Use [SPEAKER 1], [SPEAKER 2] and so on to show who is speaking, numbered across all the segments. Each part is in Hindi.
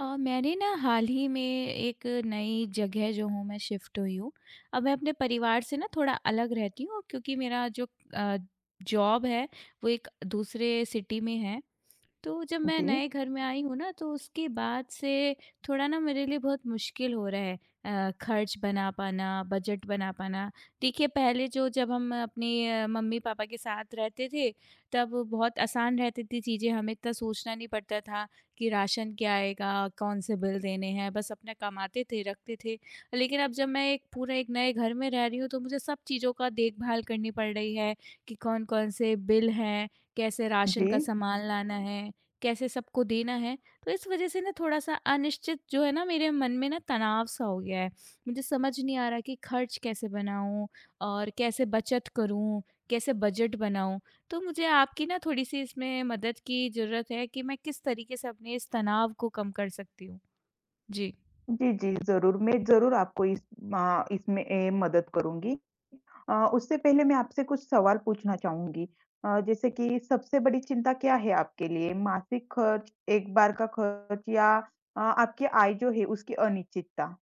[SPEAKER 1] मैंने ना हाल ही में एक नई जगह जो हूँ मैं शिफ्ट हुई हूँ। अब मैं अपने परिवार से ना थोड़ा अलग रहती हूँ, और क्योंकि मेरा जो अ, जॉब है वो एक दूसरे सिटी में है, तो जब मैं
[SPEAKER 2] जी,
[SPEAKER 1] नए घर में आई हूँ ना, तो उसके बाद से थोड़ा ना मेरे लिए बहुत मुश्किल हो रहा है खर्च बना पाना, बजट बना पाना। देखिए पहले जो जब हम अपने मम्मी-पापा के साथ रहते थे, तब बहुत आसान रहती थी चीज़ें, हमें इतना सोचना नहीं पड़ता था कि राशन क्या आएगा, कौन से बिल देने हैं, बस अपना कमाते थे, रखते थे। लेकिन अब जब मैं एक पूरे एक नए घर में रह रही हूँ, तो मुझे सब चीज़ों का देखभाल करनी पड़ रही है कि कौन-कौन से बिल हैं, कैसे राशन
[SPEAKER 2] जी।
[SPEAKER 1] का सामान लाना है, कैसे सबको देना है, तो इस वज़ह से ना थोड़ा-सा अनिश्चित जो है ना मेरे मन में ना तनाव-सा हो गया है। मुझे समझ नहीं आ रहा कि खर्च कैसे बनाऊँ और कैसे बचत करूँ, कैसे बजट बनाऊँ? तो मुझे आपकी ना थोड़ी-सी इसमें मदद की ज़रूरत है कि मैं किस तरीके से अपने इस तनाव को कम कर सकती हूँ? जी।
[SPEAKER 2] जी, जी, ज़रूर, मैं ज़रूर आपको इसमें मदद करूँगी। उससे पहले मैं आपसे कुछ सवाल पूछना चाहूँगी। जैसे कि सबसे बड़ी चिंता क्या है आपके लिए? मासिक खर्च, एक बार का खर्च या आपकी आय जो है उसकी अनिश्चितता?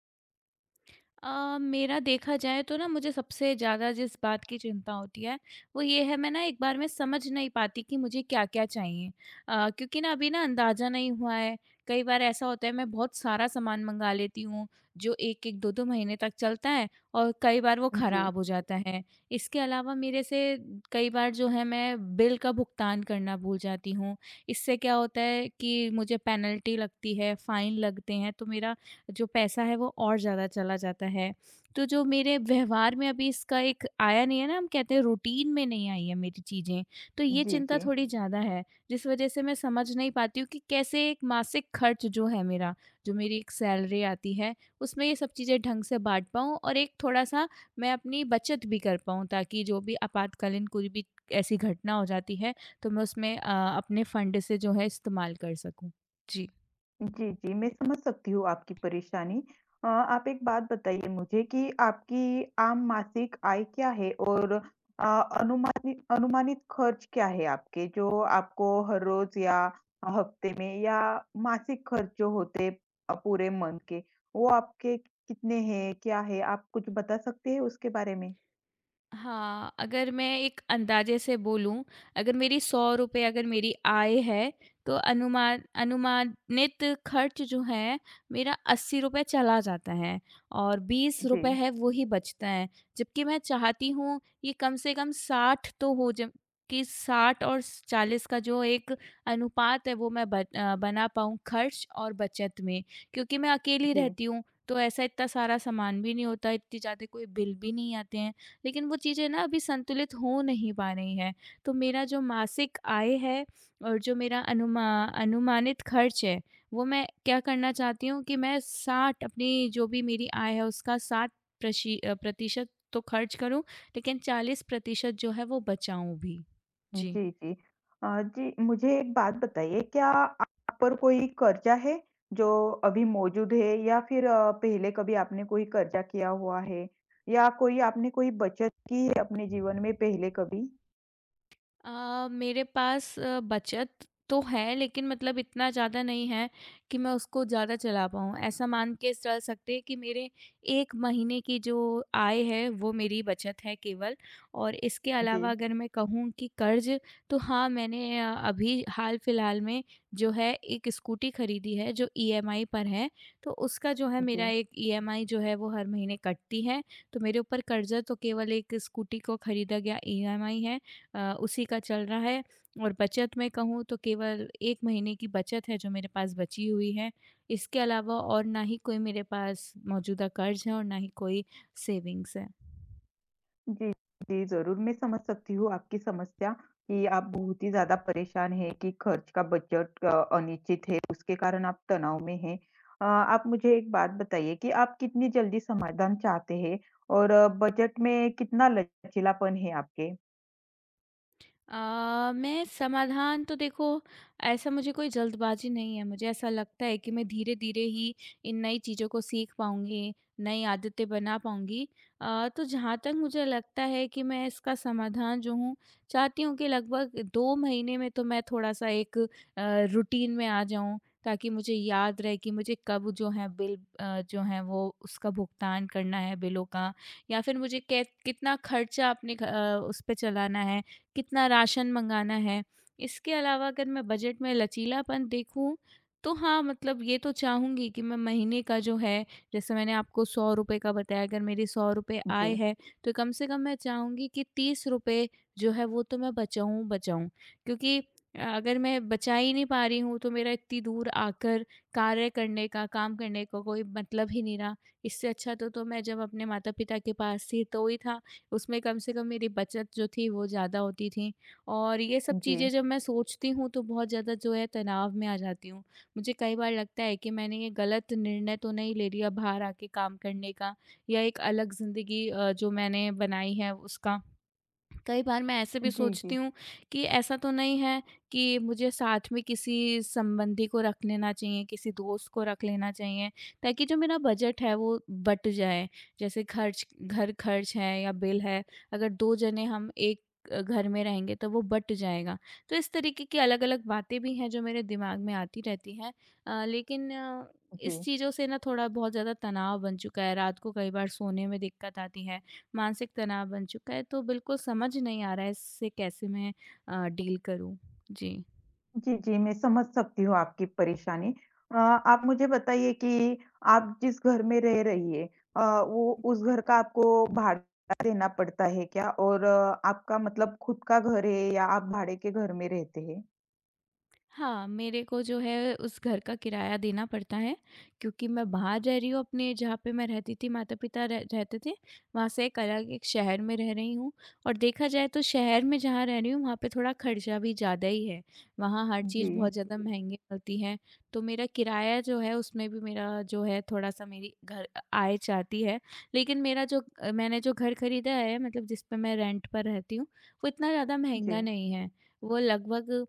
[SPEAKER 1] मेरा देखा जाए तो ना मुझे सबसे ज़्यादा जिस बात की चिंता होती है वो ये है, मैं ना एक बार में समझ नहीं पाती कि मुझे क्या-क्या चाहिए। क्योंकि ना अभी ना अंदाज़ा नहीं हुआ है। कई बार ऐसा होता है मैं बहुत सारा सामान मँगा लेती हूँ जो 1-1 2-2 महीने तक चलता है और कई बार वो
[SPEAKER 2] जी,
[SPEAKER 1] ख़राब हो जाता है। इसके अलावा मेरे से कई बार जो है मैं बिल का भुगतान करना भूल जाती हूँ। इससे क्या होता है कि मुझे पेनल्टी लगती है, फ़ाइन लगते हैं, तो मेरा जो पैसा है वो और ज़्यादा चला जाता है। तो जो मेरे व्यवहार में अभी इसका एक आया नहीं है ना, हम कहते हैं रूटीन में नहीं आई है मेरी चीज़ें, तो ये
[SPEAKER 2] जी,
[SPEAKER 1] चिंता
[SPEAKER 2] जी।
[SPEAKER 1] थोड़ी ज़्यादा है, जिस वजह से मैं समझ नहीं पाती हूँ कि कैसे एक मासिक खर्च जो है मेरा, जो मेरी एक सैलरी आती है, उसमें ये सब चीज़ें ढंग से बाँट पाऊँ और एक थोड़ा-सा मैं अपनी बचत भी कर पाऊँ, ताकि जो भी आपातकालीन कोई भी ऐसी घटना हो जाती है, तो मैं उसमें अपने फंड से जो है इस्तेमाल कर सकूँ। जी।
[SPEAKER 2] जी, जी, मैं समझ सकती हूँ आपकी परेशानी। आप एक बात बताइए मुझे कि आपकी आम मासिक आय क्या है? और अ, अनुमानित खर्च क्या है आपके? जो आपको हर रोज़ या हफ्ते में या मासिक खर्च जो होते पूरे मंथ के, वो आपके कितने हैं? क्या है? आप कुछ बता सकते हैं उसके बारे में?
[SPEAKER 1] हाँ, अगर मैं एक अंदाज़े से बोलूँ, अगर मेरी ₹100 अगर मेरी आय है, तो अनुमानित खर्च जो है, मेरा ₹80 चला जाता है और ₹20
[SPEAKER 2] जी,
[SPEAKER 1] है, वो ही बचता है। जबकि मैं चाहती हूँ, ये कम से कम 60 तो हो ज कि 60 और 40 का जो एक अनुपात है, वो मैं बना पाऊँ खर्च और बचत में। क्योंकि मैं अकेली
[SPEAKER 2] जी।
[SPEAKER 1] रहती हूँ, तो ऐसा इतना सारा सामान भी नहीं होता, इतनी ज़्यादा कोई बिल भी नहीं आते हैं। लेकिन वो चीज़ें ना अभी संतुलित हो नहीं पा रही हैं। तो मेरा जो मासिक आय है और जो मेरा अनुमानित खर्च है, वो मैं क्या करना चाहती हूँ कि मैं 60 अपनी जो भी मेरी आय है उसका 60 प्रतिशत तो खर्च करूँ, लेकिन 40% जो है वो बचाऊँ भी। जी।
[SPEAKER 2] जी, जी। जी, मुझे एक बात बताइए क्या आप पर कोई कर्ज़ा है, जो अभी मौजूद है या फिर पहले कभी आपने कोई कर्ज़ा किया हुआ है? या कोई आपने कोई बचत की है अपने जीवन में पहले कभी?
[SPEAKER 1] मेरे पास बचत तो है, लेकिन मतलब इतना ज़्यादा नहीं है कि मैं उसको ज़्यादा चला पाऊँ। ऐसा मान के चल सकते हैं कि मेरे 1 महीने की जो आय है वो मेरी बचत है केवल, और इसके अलावा
[SPEAKER 2] जी,
[SPEAKER 1] अगर मैं कहूँ कि कर्ज़, तो हाँ, मैंने अभी हाल-फिलहाल में जो है एक स्कूटी खरीदी है जो ईएमआई पर है। तो उसका जो है मेरा
[SPEAKER 2] जी।
[SPEAKER 1] एक ईएमआई जो है वो हर महीने कटती है। तो मेरे ऊपर कर्ज़ा तो केवल एक स्कूटी को खरीदा गया ईएमआई है, उसी का चल रहा है, और बचत मैं कहूँ तो केवल 1 महीने की बचत है जो मेरे पास बची हुई है। इसके अलावा और ना ही कोई मेरे पास मौजूदा कर्ज़ है और ना ही कोई सेविंग्स है।
[SPEAKER 2] जी, जी, ज़रूर मैं समझ सकती हूँ आपकी समस्या कि आप बहुत ही ज़्यादा परेशान हैं कि खर्च का बजट अनिश्चित है, उसके कारण आप तनाव में हैं। आप मुझे एक बात बताइए कि आप कितनी जल्दी समाधान चाहते हैं और बजट में कितना लचीलापन है आपके?
[SPEAKER 1] मैं समाधान तो देखो ऐसा मुझे कोई जल्दबाजी नहीं है। मुझे ऐसा लगता है कि मैं धीरे-धीरे ही इन नई चीज़ों को सीख पाऊँगी, नई आदतें बना पाऊँगी। तो जहाँ तक मुझे लगता है कि मैं इसका समाधान जो हूँ, चाहती हूँ कि लगभग 2 महीने में तो मैं थोड़ा-सा एक रूटीन में आ जाऊँ, ताकि मुझे याद रहे कि मुझे कब जो है बिल जो है वो उसका भुगतान करना है बिलों का, या फिर मुझे कै कितना खर्चा अपने उस पे चलाना है। कितना राशन मंगाना है। इसके अलावा अगर मैं बजट में लचीलापन देखूँ, तो हाँ, मतलब ये तो चाहूँगी कि मैं महीने का जो है, जैसे मैंने आपको ₹100 का बताया, अगर मेरी ₹100 आय
[SPEAKER 2] जी,
[SPEAKER 1] है, तो कम से कम मैं चाहूँगी कि ₹30 जो है, वो तो मैं बचाऊँ। क्योंकि अगर मैं बचा ही नहीं पा रही हूँ, तो मेरा इतनी दूर आकर कार्य करने का, काम करने का कोई मतलब ही नहीं रहा। इससे अच्छा तो मैं जब अपने माता-पिता के पास थी, तो ही था। उसमें कम से कम मेरी बचत जो थी वो ज़्यादा होती थी, और ये सब
[SPEAKER 2] जी।
[SPEAKER 1] चीज़ें जब मैं सोचती हूँ तो बहुत ज़्यादा जो है तनाव में आ जाती हूँ। मुझे कई बार लगता है कि मैंने ये गलत निर्णय तो नहीं ले लिया बाहर आके काम करने का, या एक अलग ज़िंदगी जो मैंने बनाई है उसका। कई बार मैं ऐसे भी
[SPEAKER 2] जी,
[SPEAKER 1] सोचती
[SPEAKER 2] जी,
[SPEAKER 1] हूँ कि ऐसा तो नहीं है कि मुझे साथ में किसी संबंधी को रख लेना चाहिए, किसी दोस्त को रख लेना चाहिए, ताकि जो मेरा बजट है वो बँट जाए। जैसे खर्च घर खर्च है या बिल है, अगर 2 जने हम एक घर में रहेंगे तो वो बँट जाएगा। तो इस तरीके की अलग-अलग बातें भी हैं जो मेरे दिमाग में आती रहती हैं। लेकिन
[SPEAKER 2] जी।
[SPEAKER 1] इस चीज़ों से ना थोड़ा बहुत ज़्यादा तनाव बन चुका है, रात को कई बार सोने में दिक्कत आती है। मानसिक तनाव बन चुका है, तो बिल्कुल समझ नहीं आ रहा है इससे कैसे मैं डील करूँ? जी।
[SPEAKER 2] जी, जी, मैं समझ सकती हूँ आपकी परेशानी। आप मुझे बताइए कि आप जिस घर में रह रही है अ, वो उस घर का आपको भाड़ा देना पड़ता है क्या? और आपका मतलब खुद का घर है या आप भाड़े के घर में रहते हैं?
[SPEAKER 1] हाँ, मेरे को जो है उस घर का किराया देना पड़ता है, क्योंकि मैं बाहर रह रही हूँ अपने जहाँ पे मैं रहती थी माता-पिता रह रहते थे, वहाँ से एक अलग एक शहर में रह रही हूँ, और देखा जाए तो शहर में जहाँ रह रही हूँ वहाँ पे थोड़ा खर्चा भी ज़्यादा ही है। वहाँ हर चीज़
[SPEAKER 2] जी,
[SPEAKER 1] बहुत ज़्यादा महँगी मिलती है, तो मेरा किराया जो है उसमें भी मेरा जो है थोड़ा-सा मेरी घर आय जाती है। लेकिन मेरा जो मैंने जो घर खरीदा है मतलब जिस पे मैं रेंट पर रहती हूँ, वो इतना ज़्यादा
[SPEAKER 2] जी।
[SPEAKER 1] महँगा नहीं है। वो लगभग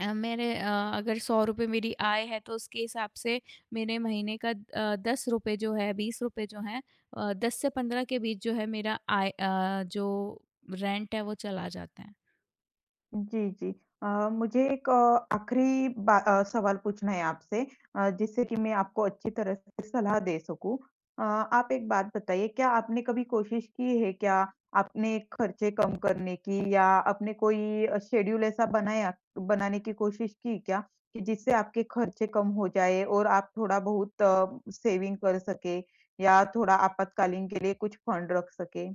[SPEAKER 1] मेरे अगर ₹100 मेरी आय है, तो उसके हिसाब से मेरे महीने का ₹10 जो है ₹20 जो है 10 से 15 के बीच जो है मेरा आय जो रेंट है वो चला जाता है।
[SPEAKER 2] जी, जी। अ, मुझे एक आखिरी सवाल पूछना है आपसे जिससे कि मैं आपको अच्छी तरह से सलाह दे सकूँ। आप एक बात बताइए क्या आपने कभी कोशिश की है क्या अपने खर्चे कम करने की या आपने कोई शेड्यूल ऐसा बनाया बनाने की कोशिश की क्या कि जिससे आपके खर्चे कम हो जाए और आप थोड़ा-बहुत सेविंग कर सकें या थोड़ा आपातकालीन के लिए कुछ फंड रख सकें?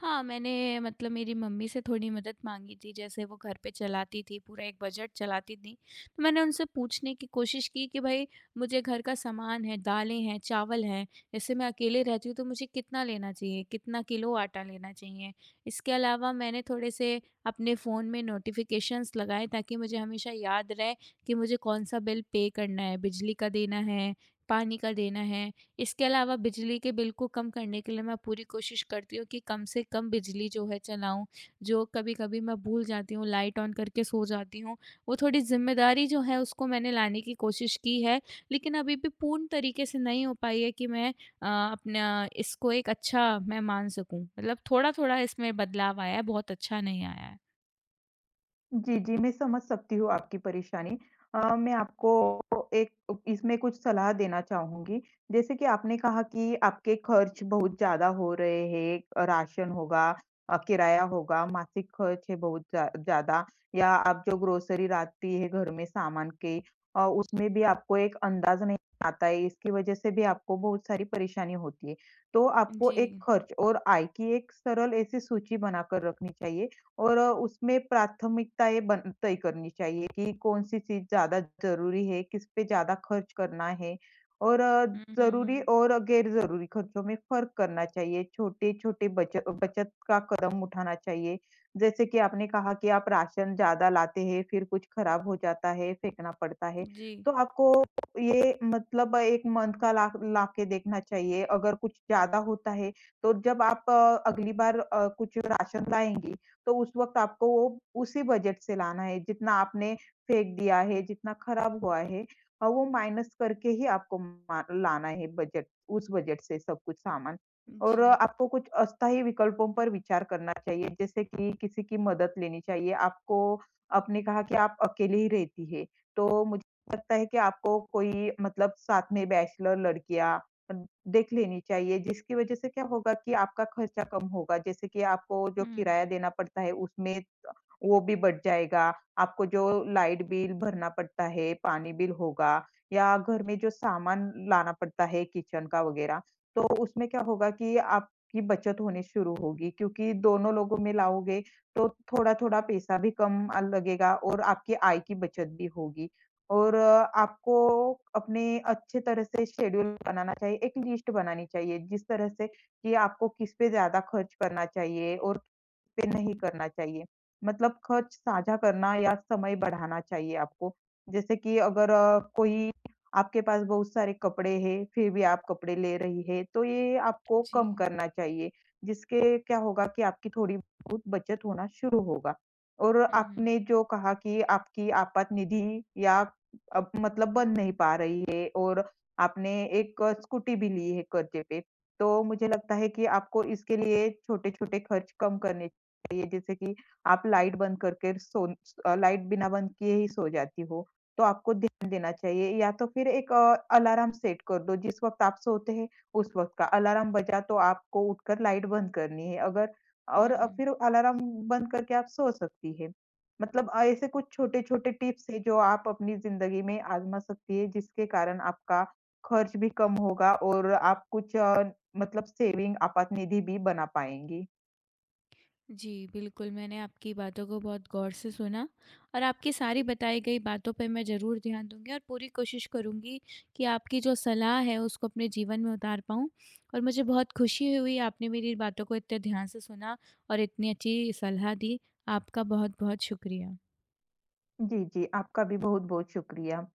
[SPEAKER 1] हाँ, मैंने मतलब मेरी मम्मी से थोड़ी मदद माँगी थी, जैसे वो घर पे चलाती थी, पूरा एक बजट चलाती थी। तो मैंने उनसे पूछने की कोशिश की कि भाई मुझे घर का सामान है, दालें हैं, चावल हैं, जैसे मैं अकेले रहती हूँ तो मुझे कितना लेना चाहिए, कितना किलो आटा लेना चाहिए। इसके अलावा मैंने थोड़े से अपने फ़ोन में नोटिफ़िकेशंस लगाए ताकि मुझे हमेशा याद रहे कि मुझे कौन-सा बिल पे करना है, बिजली का देना है, पानी का देना है। इसके अलावा बिजली के बिल को कम करने के लिए मैं पूरी कोशिश करती हूँ कि कम से कम बिजली जो है चलाऊँ। जो कभी-कभी मैं भूल जाती हूँ, लाइट ऑन करके सो जाती हूँ, वो थोड़ी ज़िम्मेदारी जो है उसको मैंने लाने की कोशिश की है, लेकिन अभी भी पूर्ण तरीके से नहीं हो पाई है कि मैं अपना इसको एक अच्छा मैं मान सकूँ। मतलब थोड़ा-थोड़ा इसमें बदलाव आया है, बहुत अच्छा नहीं आया है।
[SPEAKER 2] जी, जी, मैं समझ सकती हूँ आपकी परेशानी। मैं आपको एक इसमें कुछ सलाह देना चाहूँगी। जैसे कि आपने कहा कि आपके खर्च बहुत ज़्यादा हो रहे हैं, राशन होगा, किराया होगा, मासिक खर्च है बहुत ज़्यादा या आप जो ग्रोसरी लाती है घर में सामान के, उसमें भी आपको एक अंदाज़ नहीं आता है, इसकी वज़ह से भी आपको बहुत सारी परेशानी होती है। तो आपको
[SPEAKER 1] जी।
[SPEAKER 2] एक खर्च और आय की एक सरल ऐसी सूची बनाकर रखनी चाहिए और उसमें प्राथमिकताएँ बन तय करनी चाहिए कि कौन-सी चीज़ ज़्यादा ज़रूरी है, किस पे ज़्यादा खर्च करना है और
[SPEAKER 1] हुँ, हुँ,
[SPEAKER 2] ज़रूरी
[SPEAKER 1] हुँ।
[SPEAKER 2] और गैर-ज़रूरी खर्चों में फ़र्क करना चाहिए। छोटे-छोटे बचत बचत का कदम उठाना चाहिए। जैसे कि आपने कहा कि आप राशन ज़्यादा लाते हैं, फिर कुछ खराब हो जाता है, फेंकना पड़ता है।
[SPEAKER 1] जी,
[SPEAKER 2] तो आपको ये मतलब 1 मंथ का ला ला के देखना चाहिए। अगर कुछ ज़्यादा होता है, तो जब आप अगली बार कुछ राशन लाएँगी, तो उस वक़्त आपको वो उसी बजट से लाना है, जितना आपने फेंक दिया है, जितना खराब हुआ है, वो माइनस करके ही आपको मा लाना है बजट उस बजट से सब कुछ सामान। और
[SPEAKER 1] जी।
[SPEAKER 2] आपको कुछ अस्थायी विकल्पों पर विचार करना चाहिए, जैसे कि किसी की मदद लेनी चाहिए। आपको आपने कहा कि आप अकेले ही रहती है, तो मुझे लगता है कि आपको कोई मतलब साथ में बैचलर लड़कियाँ अन देख लेनी चाहिए, जिसकी वजह से क्या होगा कि आपका खर्चा कम होगा। जैसे कि आपको जो
[SPEAKER 1] हुँ,
[SPEAKER 2] किराया देना पड़ता है उसमें वो भी बच जाएगा। आपको जो लाइट बिल भरना पड़ता है, पानी बिल होगा या घर में जो सामान लाना पड़ता है किचन का वग़ैरह, तो उसमें क्या होगा कि आपकी बचत होनी शुरू होगी क्योंकि दोनों लोगों में लाओगे तो थोड़ा-थोड़ा पैसा भी कम लगेगा और आपकी आय की बचत भी होगी। और आपको अपने अच्छे तरह से शेड्यूल बनाना चाहिए, एक लिस्ट बनानी चाहिए जिस तरह से कि आपको किस पे ज़्यादा खर्च करना चाहिए और पे नहीं करना चाहिए। मतलब खर्च साझा करना या समय बढ़ाना चाहिए आपको। जैसे कि अगर कोई आपके पास बहुत सारे कपड़े हैं, फिर भी आप कपड़े ले रही है, तो ये आपको
[SPEAKER 1] जी।
[SPEAKER 2] कम करना चाहिए, जिसके क्या होगा कि आपकी थोड़ी-बहुत बचत होना शुरू होगा। और
[SPEAKER 1] हुँ, हुँ,
[SPEAKER 2] आपने जो कहा कि आपकी आपात निधि या अब मतलब बन नहीं पा रही है और आपने एक स्कूटी भी ली है कर्ज़े पे, तो मुझे लगता है कि आपको इसके लिए छोटे-छोटे खर्च कम करने ये जैसे कि आप लाइट बंद करके लाइट बिना बंद किए ही सो जाती हो, तो आपको ध्यान देना चाहिए या तो फिर एक अलार्म सेट कर दो, जिस वक़्त आप सोते हैं, उस वक़्त का अलार्म बजा तो आपको उठकर लाइट बंद करनी है अगर और
[SPEAKER 1] हुँ।
[SPEAKER 2] फिर अलार्म बंद करके आप सो सकती हैं। मतलब ऐसे कुछ छोटे-छोटे टिप्स हैं जो आप अपनी ज़िंदगी में आज़मा सकती हैं, जिसके कारण आपका खर्च भी कम होगा और आप कुछ मतलब सेविंग आपात निधि भी बना पाएँगी।
[SPEAKER 1] जी, बिल्कुल, मैंने आपकी बातों को बहुत गौर से सुना और आपकी सारी बताई गई बातों पे मैं ज़रूर ध्यान दूँगी और पूरी कोशिश करूँगी कि आपकी जो सलाह है, उसको अपने जीवन में उतार पाऊँ, और मुझे बहुत खुशी हुई आपने मेरी बातों को इतने ध्यान से सुना और इतनी अच्छी सलाह दी। आपका बहुत-बहुत शुक्रिया।
[SPEAKER 2] जी, जी, आपका भी बहुत-बहुत शुक्रिया।